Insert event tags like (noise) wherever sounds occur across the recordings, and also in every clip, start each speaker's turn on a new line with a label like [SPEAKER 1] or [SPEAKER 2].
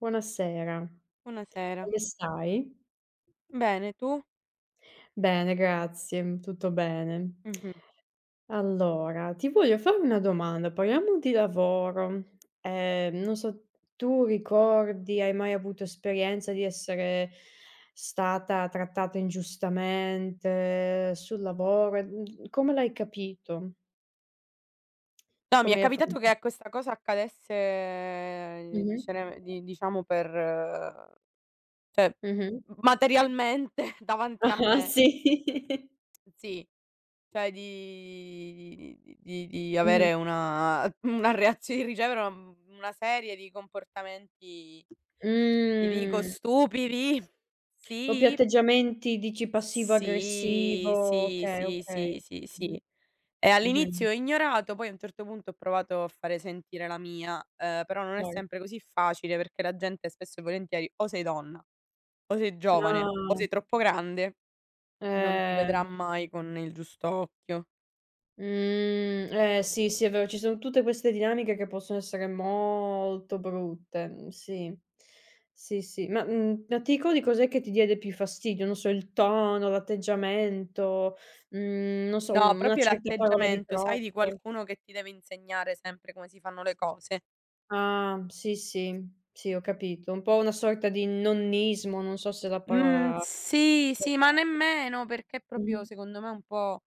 [SPEAKER 1] Buonasera,
[SPEAKER 2] Buonasera.
[SPEAKER 1] come stai?
[SPEAKER 2] Bene, tu?
[SPEAKER 1] Bene, grazie, tutto bene.
[SPEAKER 2] Mh-mh.
[SPEAKER 1] Allora, ti voglio fare una domanda, parliamo di lavoro. Non so, tu ricordi, hai mai avuto esperienza di essere stata trattata ingiustamente sul lavoro? E come l'hai capito?
[SPEAKER 2] No, mi è
[SPEAKER 1] Come hai
[SPEAKER 2] capitato
[SPEAKER 1] affronta
[SPEAKER 2] che questa cosa accadesse
[SPEAKER 1] Mh-mh,
[SPEAKER 2] dicere di diciamo per cioè
[SPEAKER 1] mh-mh.
[SPEAKER 2] materialmente (laughs) davanti a
[SPEAKER 1] Ah-ah, (laughs)
[SPEAKER 2] me.
[SPEAKER 1] sì. (laughs)
[SPEAKER 2] Sì, cioè di
[SPEAKER 1] Mh-mh.
[SPEAKER 2] avere una reazio di ricevere una serie di comportamenti, ti dico
[SPEAKER 1] Mh.
[SPEAKER 2] stupidi.
[SPEAKER 1] Proprio
[SPEAKER 2] Sì,
[SPEAKER 1] atteggiamenti dici passivo
[SPEAKER 2] sì,
[SPEAKER 1] aggressivo,
[SPEAKER 2] sì,
[SPEAKER 1] okay,
[SPEAKER 2] sì,
[SPEAKER 1] okay.
[SPEAKER 2] sì, sì,
[SPEAKER 1] Mh-mh,
[SPEAKER 2] sì. E
[SPEAKER 1] mh-mh,
[SPEAKER 2] all'inizio ho ignorato, poi a un certo punto ho provato a fare sentire la mia, però non è
[SPEAKER 1] cer
[SPEAKER 2] sempre così facile perché la gente spesso e volentieri o sei donna, o sei giovane, o
[SPEAKER 1] Ah,
[SPEAKER 2] sei troppo grande, non ti
[SPEAKER 1] eh,
[SPEAKER 2] vedrà mai con il giusto occhio.
[SPEAKER 1] mhmm, eh sì, sì è vero, ci sono tutte queste dinamiche che possono essere molto brutte, sì. Sì, sì, ma, ma ti ricordi cos'è che ti diede più fastidio? Non so, il tono, l'atteggiamento, non so,
[SPEAKER 2] No,
[SPEAKER 1] una
[SPEAKER 2] proprio
[SPEAKER 1] certa parola di
[SPEAKER 2] l'atteggiamento, sai, di
[SPEAKER 1] troppo?
[SPEAKER 2] qualcuno che ti deve insegnare sempre come si fanno le cose.
[SPEAKER 1] Ah, sì, sì. Sì, ho capito. Un po' una sorta di nonnismo, non so se la
[SPEAKER 2] Mhmm,
[SPEAKER 1] parola.
[SPEAKER 2] sì, sì, ma nemmeno perché è
[SPEAKER 1] Mh-mh.
[SPEAKER 2] proprio secondo me un po'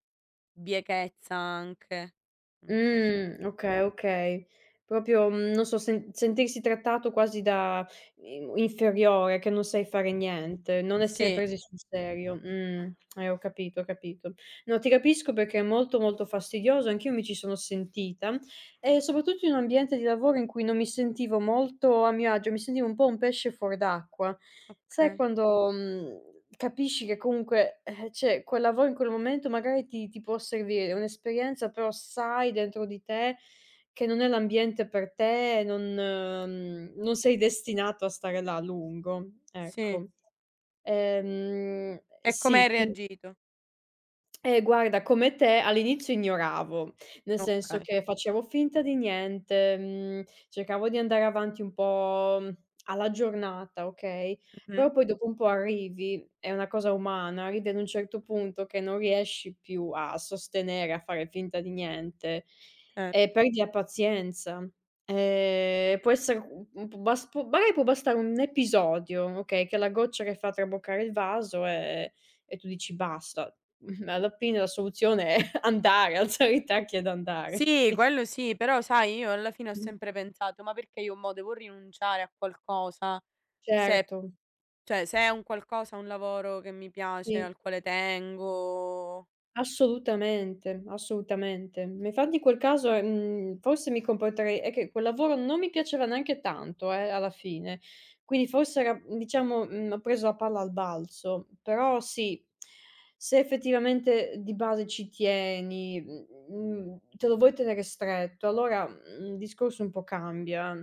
[SPEAKER 2] biechezza anche. Non so se
[SPEAKER 1] Okay, okay. Proprio, non so, sentirsi trattato quasi da in inferiore, che non sai fare niente, non essere
[SPEAKER 2] sì,
[SPEAKER 1] presi sul serio. Ho capito, ho capito. No, ti capisco perché è molto, molto fastidioso, anch'io mi ci sono sentita, e soprattutto in un ambiente di lavoro in cui non mi sentivo molto a mio agio, mi sentivo un po' un pesce fuor d'acqua. Sai
[SPEAKER 2] okay,
[SPEAKER 1] quando, mhmm Capisci che comunque, cioè quel lavoro in quel momento magari ti può servire, è un'esperienza, però sai dentro di te che non è l'ambiente per te, non non sei destinato a stare là a lungo,
[SPEAKER 2] sì.
[SPEAKER 1] ecco.
[SPEAKER 2] E come
[SPEAKER 1] Sì,
[SPEAKER 2] hai
[SPEAKER 1] quin
[SPEAKER 2] reagito?
[SPEAKER 1] Eh guarda, come te all'inizio ignoravo, nel senso
[SPEAKER 2] Okay.
[SPEAKER 1] che facevo finta di niente, cercavo di andare avanti un po', alla giornata, okay, però
[SPEAKER 2] Mh-mh.
[SPEAKER 1] poi dopo un po' arrivi è una cosa umana, arrivi ad un certo punto che non riesci più a sostenere, a fare finta di niente e
[SPEAKER 2] Certo.
[SPEAKER 1] perdi la pazienza. Può essere u un p bas può magari può bastare un episodio, okay, che è la goccia che fa traboccare il vaso, e tu dici: "Basta". (laughs) Alla fine la soluzione è (laughs) andare, alzare i tacchi ed andare,
[SPEAKER 2] Sì,
[SPEAKER 1] sì.
[SPEAKER 2] quello sì, però sai io alla fine ho
[SPEAKER 1] Mh,
[SPEAKER 2] sempre pensato: "Ma perché io mo devo rinunciare a qualcosa?" Se
[SPEAKER 1] certo,
[SPEAKER 2] cioè se è un qualcosa, un lavoro che mi piace,
[SPEAKER 1] sì.
[SPEAKER 2] al quale tengo
[SPEAKER 1] Assolutamente, assolutamente. Ma infatti in quel caso, forse mi comporterei è che quel lavoro non mi piaceva neanche tanto, alla fine. Quindi forse era diciamo, ho preso la palla al balzo. Però sì, se effettivamente di base ci tieni, te lo vuoi tenere stretto, allora, il discorso un po' cambia.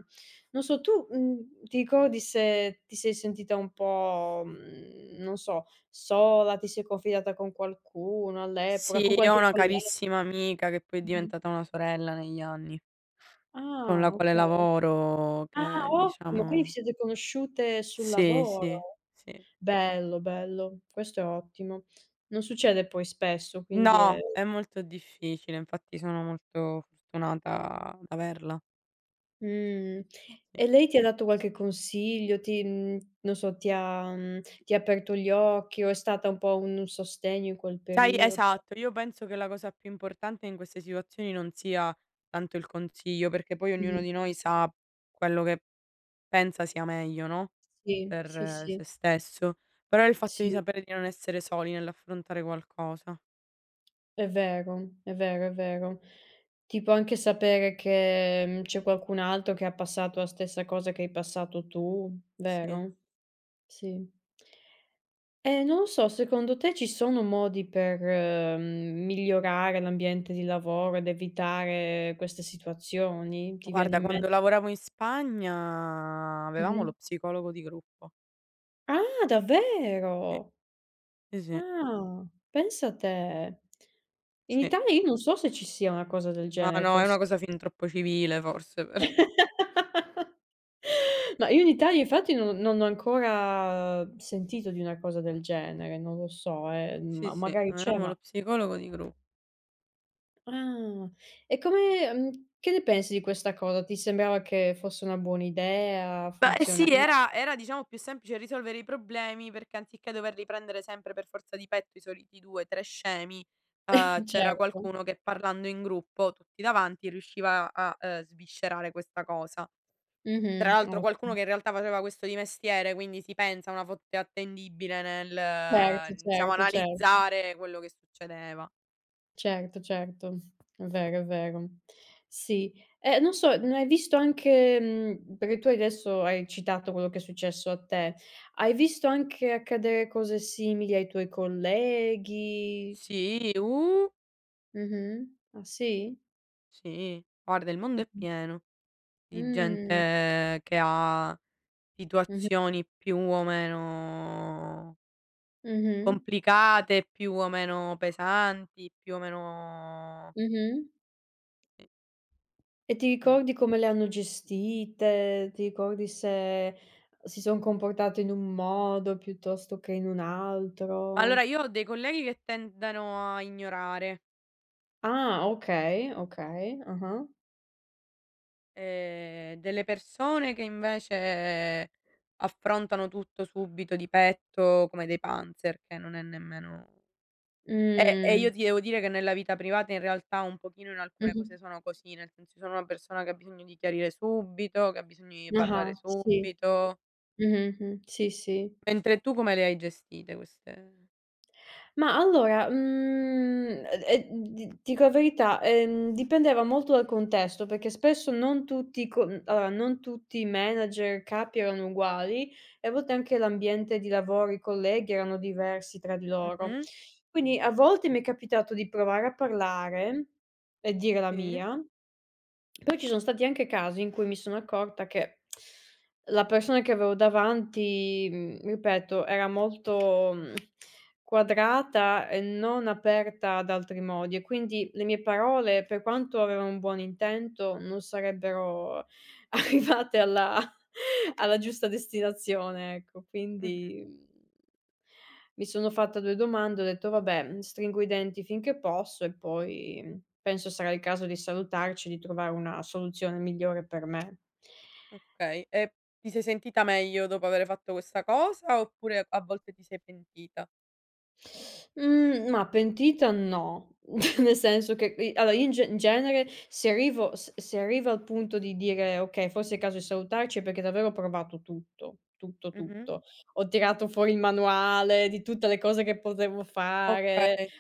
[SPEAKER 1] Non so, tu, ti ricordi se ti sei sentita un po', non so, sola, ti sei confidata con qualcuno all'epoca,
[SPEAKER 2] sì,
[SPEAKER 1] con
[SPEAKER 2] io ho
[SPEAKER 1] qualche
[SPEAKER 2] una
[SPEAKER 1] collega.
[SPEAKER 2] carissima amica che poi è
[SPEAKER 1] Mh-mh.
[SPEAKER 2] diventata una sorella negli anni, con
[SPEAKER 1] Ah,
[SPEAKER 2] la quale
[SPEAKER 1] okay.
[SPEAKER 2] lavoro
[SPEAKER 1] Ah,
[SPEAKER 2] che
[SPEAKER 1] ottimo, quindi vi
[SPEAKER 2] diciamo
[SPEAKER 1] siete conosciute sul
[SPEAKER 2] sì, sì,
[SPEAKER 1] lavoro.
[SPEAKER 2] sì.
[SPEAKER 1] Bello, bello, questo è ottimo. Non succede poi spesso, quindi è.
[SPEAKER 2] No, è molto difficile, infatti sono molto fortunata ad averla,
[SPEAKER 1] Mh.
[SPEAKER 2] sì.
[SPEAKER 1] E lei ti ha dato qualche consiglio? Non so, ti ha aperto gli occhi o è stata un po' un sostegno in quel
[SPEAKER 2] Sai
[SPEAKER 1] periodo?
[SPEAKER 2] esatto, io penso che la cosa più importante in queste situazioni non sia tanto il consiglio, perché poi ognuno
[SPEAKER 1] Mh-mh.
[SPEAKER 2] di noi sa quello che pensa sia meglio, no,
[SPEAKER 1] Sì,
[SPEAKER 2] per
[SPEAKER 1] sì, sì,
[SPEAKER 2] se stesso, però è il fatto di
[SPEAKER 1] sì.
[SPEAKER 2] sapere di non essere soli nell'affrontare qualcosa.
[SPEAKER 1] È vero, è vero, è vero. Tipo anche sapere che, c'è qualcun altro che ha passato la stessa cosa che hai passato tu,
[SPEAKER 2] Sì.
[SPEAKER 1] vero? Sì. E non lo so, secondo te ci sono modi per, migliorare l'ambiente di lavoro ed evitare queste situazioni? Ti viene
[SPEAKER 2] Guarda,
[SPEAKER 1] in
[SPEAKER 2] quando
[SPEAKER 1] mente.
[SPEAKER 2] lavoravo in Spagna avevamo lo
[SPEAKER 1] Mh-mh.
[SPEAKER 2] psicologo di gruppo.
[SPEAKER 1] Ah,
[SPEAKER 2] Sì,
[SPEAKER 1] davvero?
[SPEAKER 2] sì, sì,
[SPEAKER 1] Ah, pensa a te. In
[SPEAKER 2] sì.
[SPEAKER 1] Italia io non so se ci sia una cosa del
[SPEAKER 2] Ma
[SPEAKER 1] genere,
[SPEAKER 2] no, è una
[SPEAKER 1] forse.
[SPEAKER 2] cosa fin troppo civile forse però.
[SPEAKER 1] (laughs) Ma io in Italia infatti non ho ancora sentito di una cosa del genere, non lo so,
[SPEAKER 2] Sì,
[SPEAKER 1] ma
[SPEAKER 2] sì,
[SPEAKER 1] magari c'è,
[SPEAKER 2] avevamo lo
[SPEAKER 1] ma
[SPEAKER 2] psicologo di gru
[SPEAKER 1] ah, e come che ne pensi di questa cosa? Ti sembrava che fosse una buona idea,
[SPEAKER 2] Ma sì,
[SPEAKER 1] funzionasse?
[SPEAKER 2] era diciamo più semplice risolvere i problemi perché anziché doverli prendere sempre per forza di petto i soliti 2, 3 scemi,
[SPEAKER 1] (laughs)
[SPEAKER 2] c'era
[SPEAKER 1] Certo.
[SPEAKER 2] qualcuno che parlando in gruppo, tutti davanti, riusciva a, sviscerare questa cosa. Tra
[SPEAKER 1] Mh-mh,
[SPEAKER 2] l'altro qualcuno
[SPEAKER 1] ottimo.
[SPEAKER 2] che in realtà faceva questo di mestiere, quindi si pensa una fonte attendibile nel
[SPEAKER 1] Certo,
[SPEAKER 2] diciamo
[SPEAKER 1] certo,
[SPEAKER 2] analizzare quello che succedeva.
[SPEAKER 1] certo, certo, è vero, è vero. Sì, non so, n hai visto anche perché tu adesso hai citato quello che è successo a te, hai visto anche accadere cose simili ai tuoi colleghi?
[SPEAKER 2] Sì,
[SPEAKER 1] Mh-mh. Ah sì?
[SPEAKER 2] sì. Guarda il mondo è
[SPEAKER 1] Mh-mh.
[SPEAKER 2] pieno di
[SPEAKER 1] Mh.
[SPEAKER 2] gente che ha
[SPEAKER 1] Mh-mh.
[SPEAKER 2] situazioni più o meno
[SPEAKER 1] Mh-mh.
[SPEAKER 2] complicate, più o meno pesanti, più o meno
[SPEAKER 1] Mh-mh.
[SPEAKER 2] sì,
[SPEAKER 1] E ti
[SPEAKER 2] sì.
[SPEAKER 1] ricordi come le hanno gestite? Ti ricordi se si son comportate in un modo piuttosto che in un altro?
[SPEAKER 2] Allora io ho dei colleghi che tendono a ignorare,
[SPEAKER 1] Ah, okay, okay, ah-ah.
[SPEAKER 2] delle persone che invece affrontano tutto subito di petto come dei panzer, che non è nemmeno e
[SPEAKER 1] Mh,
[SPEAKER 2] io ti devo dire che nella vita privata in realtà un pochino in alcune
[SPEAKER 1] mh-mh.
[SPEAKER 2] cose sono così, nel senso sono una persona che ha bisogno di chiarire subito, che ha bisogno di
[SPEAKER 1] Ah-ah,
[SPEAKER 2] parlare
[SPEAKER 1] sì.
[SPEAKER 2] subito.
[SPEAKER 1] Mh-mh. Sì, sì.
[SPEAKER 2] Mentre tu come le hai gestite queste
[SPEAKER 1] Ma allora, e d dico la verità, dipendeva molto dal contesto, perché spesso non tutti i con allora, non tutti i manager, capi erano uguali e a volte anche l'ambiente di lavoro, i colleghi erano diversi tra di loro.
[SPEAKER 2] mh-mh,
[SPEAKER 1] Quindi a volte mi è capitato di provare a parlare e dire la
[SPEAKER 2] sì,
[SPEAKER 1] mia. Poi ci sono stati anche casi in cui mi sono accorta che la persona che avevo davanti, ripeto, era molto, quadrata e non aperta ad altri modi e quindi le mie parole, per quanto avevano un buon intento, non sarebbero (laughs) arrivate alla giusta destinazione, ecco.
[SPEAKER 2] mh-mh,
[SPEAKER 1] Quindi, mhmm mi sono fatta 2 domande, ho detto: "Vabbè, stringo i denti finché posso e poi penso sarà il caso di salutarci e di trovare una soluzione migliore per me".
[SPEAKER 2] okay. E ti sei sentita meglio dopo aver fatto questa cosa oppure a volte ti sei pentita?
[SPEAKER 1] Mhmm, ma pentita no, (laughs) nel senso che i allora io in genere se arrivo al punto di dire: "Okay, forse è il caso di salutarci" è perché davvero ho provato tutto, tutto,
[SPEAKER 2] Mh-mh.
[SPEAKER 1] tutto. Ho tirato fuori il manuale di tutte le cose che potevo fare.
[SPEAKER 2] Okay,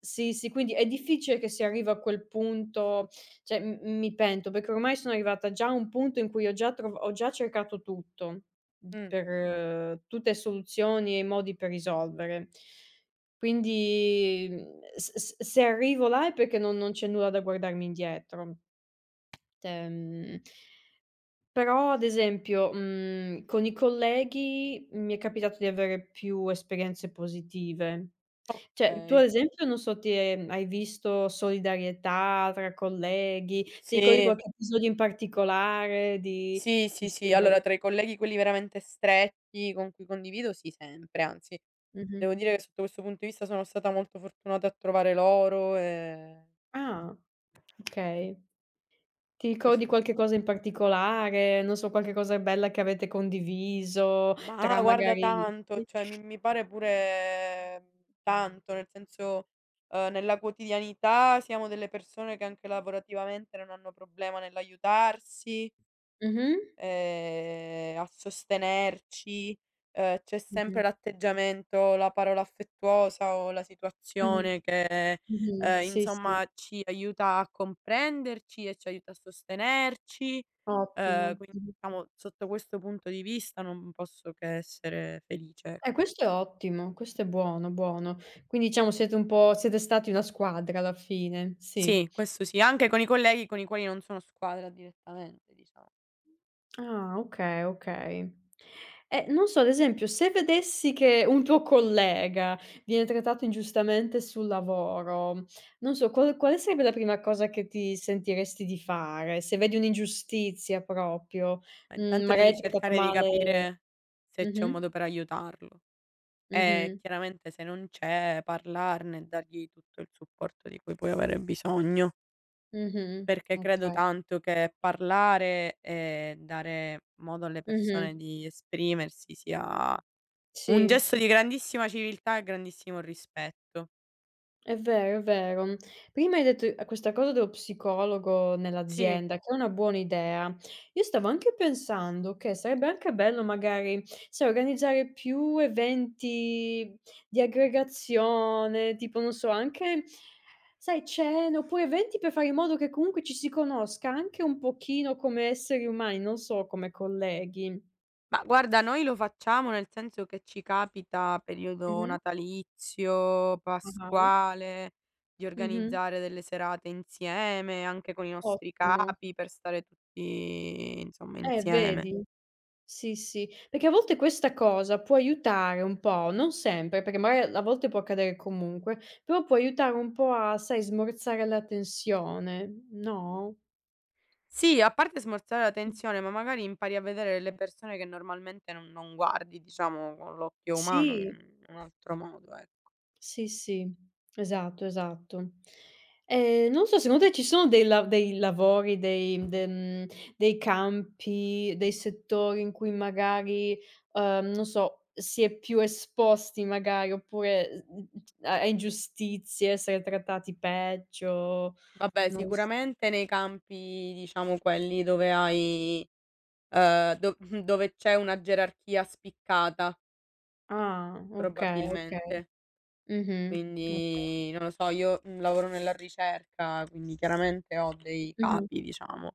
[SPEAKER 1] Sì, sì, quindi è difficile che si arriva a quel punto, cioè m mi pento, perché ormai sono arrivata già a un punto in cui ho già cercato tutto. Mhmm,
[SPEAKER 2] mh,
[SPEAKER 1] per tutte soluzioni e modi per risolvere. Quindi, s s se arrivo là è perché non c'è nulla da guardarmi indietro. Cioè, però ad esempio, con i colleghi mi è capitato di avere più esperienze positive. Cioè, tu
[SPEAKER 2] okay.
[SPEAKER 1] ad esempio non so, ti è hai visto solidarietà tra colleghi? Ti ricordi
[SPEAKER 2] Sì,
[SPEAKER 1] qualche episodio in particolare di
[SPEAKER 2] sì,
[SPEAKER 1] di
[SPEAKER 2] sì, sì. Allora
[SPEAKER 1] solidarietà.
[SPEAKER 2] tra i colleghi quelli veramente stretti con cui condivido sì, sempre, anzi
[SPEAKER 1] Mh-mh.
[SPEAKER 2] devo dire che sotto questo punto di vista sono stata molto fortunata a trovare loro,
[SPEAKER 1] Ah. Okay. Ti ricordi
[SPEAKER 2] questo
[SPEAKER 1] qualche
[SPEAKER 2] sì.
[SPEAKER 1] cosa in particolare? Non so, qualche cosa bella che avete condiviso
[SPEAKER 2] Ma
[SPEAKER 1] tra
[SPEAKER 2] guarda
[SPEAKER 1] magari
[SPEAKER 2] tanto,
[SPEAKER 1] sì.
[SPEAKER 2] cioè mi pare pure tanto, nel senso, nella quotidianità siamo delle persone che anche lavorativamente non hanno problema nell'aiutarsi,
[SPEAKER 1] Mh-mh.
[SPEAKER 2] a sostenerci, c'è
[SPEAKER 1] Mh-mh.
[SPEAKER 2] sempre l'atteggiamento, la parola affettuosa o la
[SPEAKER 1] Mh-mh.
[SPEAKER 2] situazione che,
[SPEAKER 1] Mh-mh. Sì, sì,
[SPEAKER 2] insomma ci aiuta a comprenderci e ci aiuta a sostenerci.
[SPEAKER 1] ottimo.
[SPEAKER 2] Quindi
[SPEAKER 1] Mh-mh.
[SPEAKER 2] diciamo sotto questo punto di vista non posso che essere felice, ecco.
[SPEAKER 1] Questo è ottimo, questo è buono, buono. Quindi diciamo siete un po' siete stati una squadra alla fine, sì.
[SPEAKER 2] Sì, questo sì, anche con i colleghi con i quali non sono squadra direttamente diciamo.
[SPEAKER 1] Ah, okay, okay. Non so, ad esempio, se vedessi che un tuo collega viene trattato ingiustamente sul lavoro, non so, quale sarebbe la prima cosa che ti sentiresti di fare? Se vedi un'ingiustizia proprio,
[SPEAKER 2] Ma intanto
[SPEAKER 1] magari
[SPEAKER 2] di
[SPEAKER 1] è trattato
[SPEAKER 2] cercare di
[SPEAKER 1] male.
[SPEAKER 2] capire se c'è un
[SPEAKER 1] Mh-mh,
[SPEAKER 2] modo per aiutarlo e
[SPEAKER 1] mh-mh,
[SPEAKER 2] chiaramente se non c'è parlarne e dargli tutto il supporto di cui puoi avere bisogno,
[SPEAKER 1] mh-mh,
[SPEAKER 2] perché credo
[SPEAKER 1] okay,
[SPEAKER 2] tanto che parlare e dare modo alle
[SPEAKER 1] mh-mh,
[SPEAKER 2] persone di esprimersi sia un
[SPEAKER 1] sì.
[SPEAKER 2] gesto di grandissima civiltà e grandissimo rispetto.
[SPEAKER 1] È vero, è vero. Prima hai detto a questa cosa dello psicologo
[SPEAKER 2] Sì.
[SPEAKER 1] nell'azienda, che è una buona idea. Io stavo anche pensando che sarebbe anche bello magari, sai, organizzare più eventi di aggregazione, tipo, non so, anche, sai, cene, oppure eventi per fare in modo che comunque ci si conosca anche un pochino come esseri umani, non so, come colleghi.
[SPEAKER 2] Ma guarda, noi lo facciamo nel senso che ci capita periodo
[SPEAKER 1] Mh-mh.
[SPEAKER 2] natalizio,
[SPEAKER 1] Ah-ah.
[SPEAKER 2] pasquale, di
[SPEAKER 1] Mh-mh.
[SPEAKER 2] organizzare delle serate insieme, anche con i nostri
[SPEAKER 1] Ottimo.
[SPEAKER 2] capi per stare tutti, insomma, insieme.
[SPEAKER 1] Vedi? Sì, sì, perché a volte questa cosa può aiutare un po', non sempre, perché magari a volte può accadere comunque, però può aiutare un po' a, sai, smorzare la tensione, no?
[SPEAKER 2] Sì, a parte smorzare la tensione, ma magari impari a vedere le persone che normalmente non guardi, diciamo, con l'occhio umano
[SPEAKER 1] Sì.
[SPEAKER 2] in un altro modo, e
[SPEAKER 1] Sì, sì, esatto, esatto. Non so, secondo te ci sono dei lavori, dei campi, dei settori in cui magari, non so, si è più esposti magari, oppure, a ingiustizie, essere trattati peggio,
[SPEAKER 2] vabbè,
[SPEAKER 1] non lo s
[SPEAKER 2] sicuramente nei campi, diciamo quelli dove hai, do (laughs) dove c'è una gerarchia spiccata,
[SPEAKER 1] ah, okay, okay.
[SPEAKER 2] probabilmente.
[SPEAKER 1] Mh-mh, okay.
[SPEAKER 2] Quindi non lo so, io, lavoro nella ricerca, quindi chiaramente ho dei
[SPEAKER 1] Mh-mh,
[SPEAKER 2] capi, diciamo.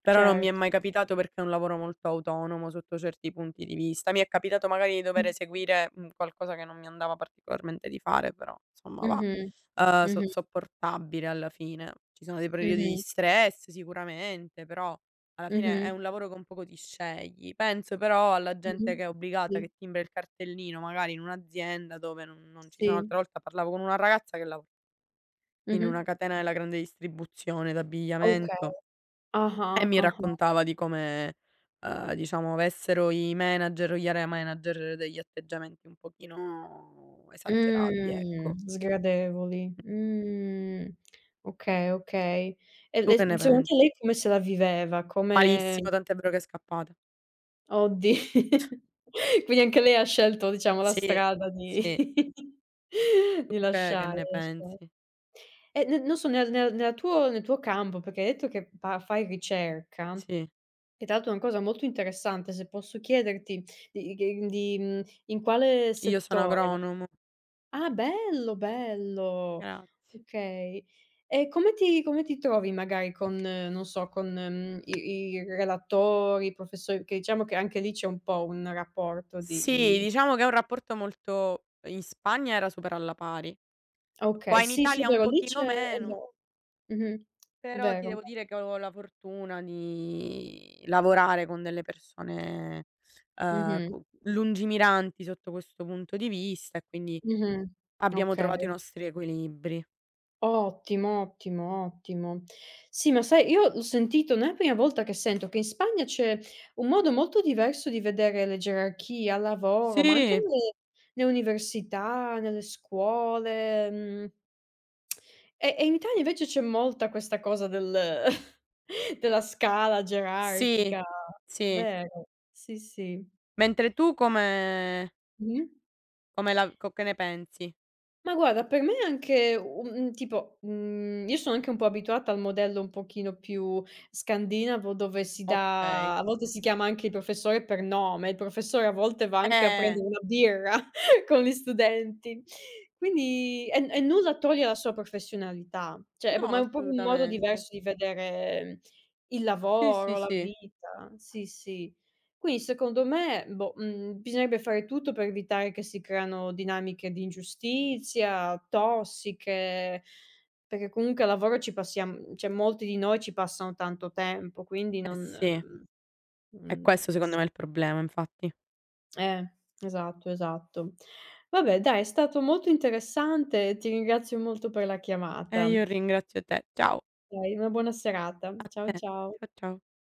[SPEAKER 2] Però non mi è
[SPEAKER 1] certo.
[SPEAKER 2] mai capitato perché è un lavoro molto autonomo sotto certi punti di vista. Mi è capitato magari di
[SPEAKER 1] Mh.
[SPEAKER 2] dover eseguire, qualcosa che non mi andava particolarmente di fare, però insomma va,
[SPEAKER 1] Mh-mh.
[SPEAKER 2] so
[SPEAKER 1] Mh-mh,
[SPEAKER 2] sopportabile alla fine. Ci sono dei periodi di
[SPEAKER 1] mh-mh,
[SPEAKER 2] stress sicuramente, però alla fine è
[SPEAKER 1] mh-mh,
[SPEAKER 2] un lavoro che un poco ti scegli. Penso però alla gente
[SPEAKER 1] mh-mh.
[SPEAKER 2] che è obbligata,
[SPEAKER 1] Sì,
[SPEAKER 2] che timbra il cartellino magari in un'azienda dove non ci sono l'altra
[SPEAKER 1] sì.
[SPEAKER 2] volta parlavo con una ragazza che lavora in una
[SPEAKER 1] Mh-mh.
[SPEAKER 2] catena della grande distribuzione
[SPEAKER 1] Okay.
[SPEAKER 2] d'abbigliamento e
[SPEAKER 1] Ah-ah,
[SPEAKER 2] mi
[SPEAKER 1] ah-ah.
[SPEAKER 2] raccontava di come, diciamo avessero i manager o gli area manager degli atteggiamenti un pochino esagerati,
[SPEAKER 1] Mh.
[SPEAKER 2] ecco.
[SPEAKER 1] Sgradevoli. Mh. Okay, okay. E
[SPEAKER 2] Tu
[SPEAKER 1] le
[SPEAKER 2] che
[SPEAKER 1] Mh.
[SPEAKER 2] ne
[SPEAKER 1] Secondo te
[SPEAKER 2] pensi?
[SPEAKER 1] lei come se la viveva? Come
[SPEAKER 2] Malissimo, tant'è vero che è scappata.
[SPEAKER 1] oddi (laughs)
[SPEAKER 2] (laughs)
[SPEAKER 1] quindi anche lei ha scelto diciamo la
[SPEAKER 2] Sì,
[SPEAKER 1] strada di
[SPEAKER 2] sì.
[SPEAKER 1] (laughs)
[SPEAKER 2] Tu
[SPEAKER 1] di
[SPEAKER 2] che
[SPEAKER 1] lasciare,
[SPEAKER 2] ne
[SPEAKER 1] lascia
[SPEAKER 2] pensi?
[SPEAKER 1] e n non so nel tuo campo, perché hai detto che pa fai ricerca,
[SPEAKER 2] Sì.
[SPEAKER 1] che tra l'altro è una cosa molto interessante, se posso chiederti di che di mhmm, in quale
[SPEAKER 2] Io sono
[SPEAKER 1] settore.
[SPEAKER 2] agronomo,
[SPEAKER 1] Ah, bello, bello.
[SPEAKER 2] grazie.
[SPEAKER 1] Okay. E come ti trovi magari con non so, con, i relatori, i professori che diciamo che anche lì c'è un po' un rapporto
[SPEAKER 2] Sì,
[SPEAKER 1] di
[SPEAKER 2] diciamo che è un rapporto molto in Spagna era super alla pari. Qua
[SPEAKER 1] okay,
[SPEAKER 2] in
[SPEAKER 1] sì, sì, è
[SPEAKER 2] Italia un
[SPEAKER 1] vero, lì
[SPEAKER 2] pochino
[SPEAKER 1] c'è è
[SPEAKER 2] meno,
[SPEAKER 1] vero. Mh-mh.
[SPEAKER 2] però ti
[SPEAKER 1] Vero.
[SPEAKER 2] devo dire che ho la fortuna di lavorare con delle persone,
[SPEAKER 1] Mh-mh.
[SPEAKER 2] co lungimiranti sotto questo punto di vista e quindi
[SPEAKER 1] Mh-mh.
[SPEAKER 2] abbiamo
[SPEAKER 1] Okay.
[SPEAKER 2] trovato i nostri equilibri.
[SPEAKER 1] Ottimo, ottimo, ottimo. Sì, ma sai, io l'ho sentito non è la prima volta che sento che in Spagna c'è un modo molto diverso di vedere le gerarchie al lavoro, ma anche
[SPEAKER 2] Sì,
[SPEAKER 1] nelle università, nelle scuole, e in Italia invece c'è molta questa cosa del (laughs) della scala
[SPEAKER 2] sì,
[SPEAKER 1] gerarchica,
[SPEAKER 2] sì.
[SPEAKER 1] vero? Sì, sì.
[SPEAKER 2] Mentre tu
[SPEAKER 1] Mh-mh.
[SPEAKER 2] come la co che ne pensi?
[SPEAKER 1] Ma guarda, per me è anche un tipo, io sono anche un po' abituata al modello un pochino più scandinavo dove si
[SPEAKER 2] Okay.
[SPEAKER 1] dà a volte si chiama anche il professore per nome, il professore a volte va anche a
[SPEAKER 2] Eh.
[SPEAKER 1] prendere una birra (laughs) con gli studenti. Quindi e nulla toglie alla sua professionalità, cioè è p
[SPEAKER 2] No,
[SPEAKER 1] ma è proprio un modo
[SPEAKER 2] assolutamente.
[SPEAKER 1] diverso di vedere il
[SPEAKER 2] Sì, sì,
[SPEAKER 1] lavoro, la
[SPEAKER 2] sì.
[SPEAKER 1] vita. Sì, sì. Quindi secondo me, boh, bisognerebbe fare tutto per evitare che si creano dinamiche di ingiustizia, tossiche, perché comunque al lavoro ci passiam cioè molti di noi ci passano tanto tempo, quindi
[SPEAKER 2] Eh
[SPEAKER 1] non
[SPEAKER 2] sì, è questo
[SPEAKER 1] mhmm,
[SPEAKER 2] secondo
[SPEAKER 1] s
[SPEAKER 2] me il problema infatti.
[SPEAKER 1] eh, esatto, esatto. Vabbè dai, è stato molto interessante e ti ringrazio molto per la
[SPEAKER 2] E io
[SPEAKER 1] chiamata.
[SPEAKER 2] ringrazio te. Ciao
[SPEAKER 1] Dai, una buona serata.
[SPEAKER 2] a
[SPEAKER 1] Ciao,
[SPEAKER 2] te.
[SPEAKER 1] ciao.
[SPEAKER 2] Ciao, ciao.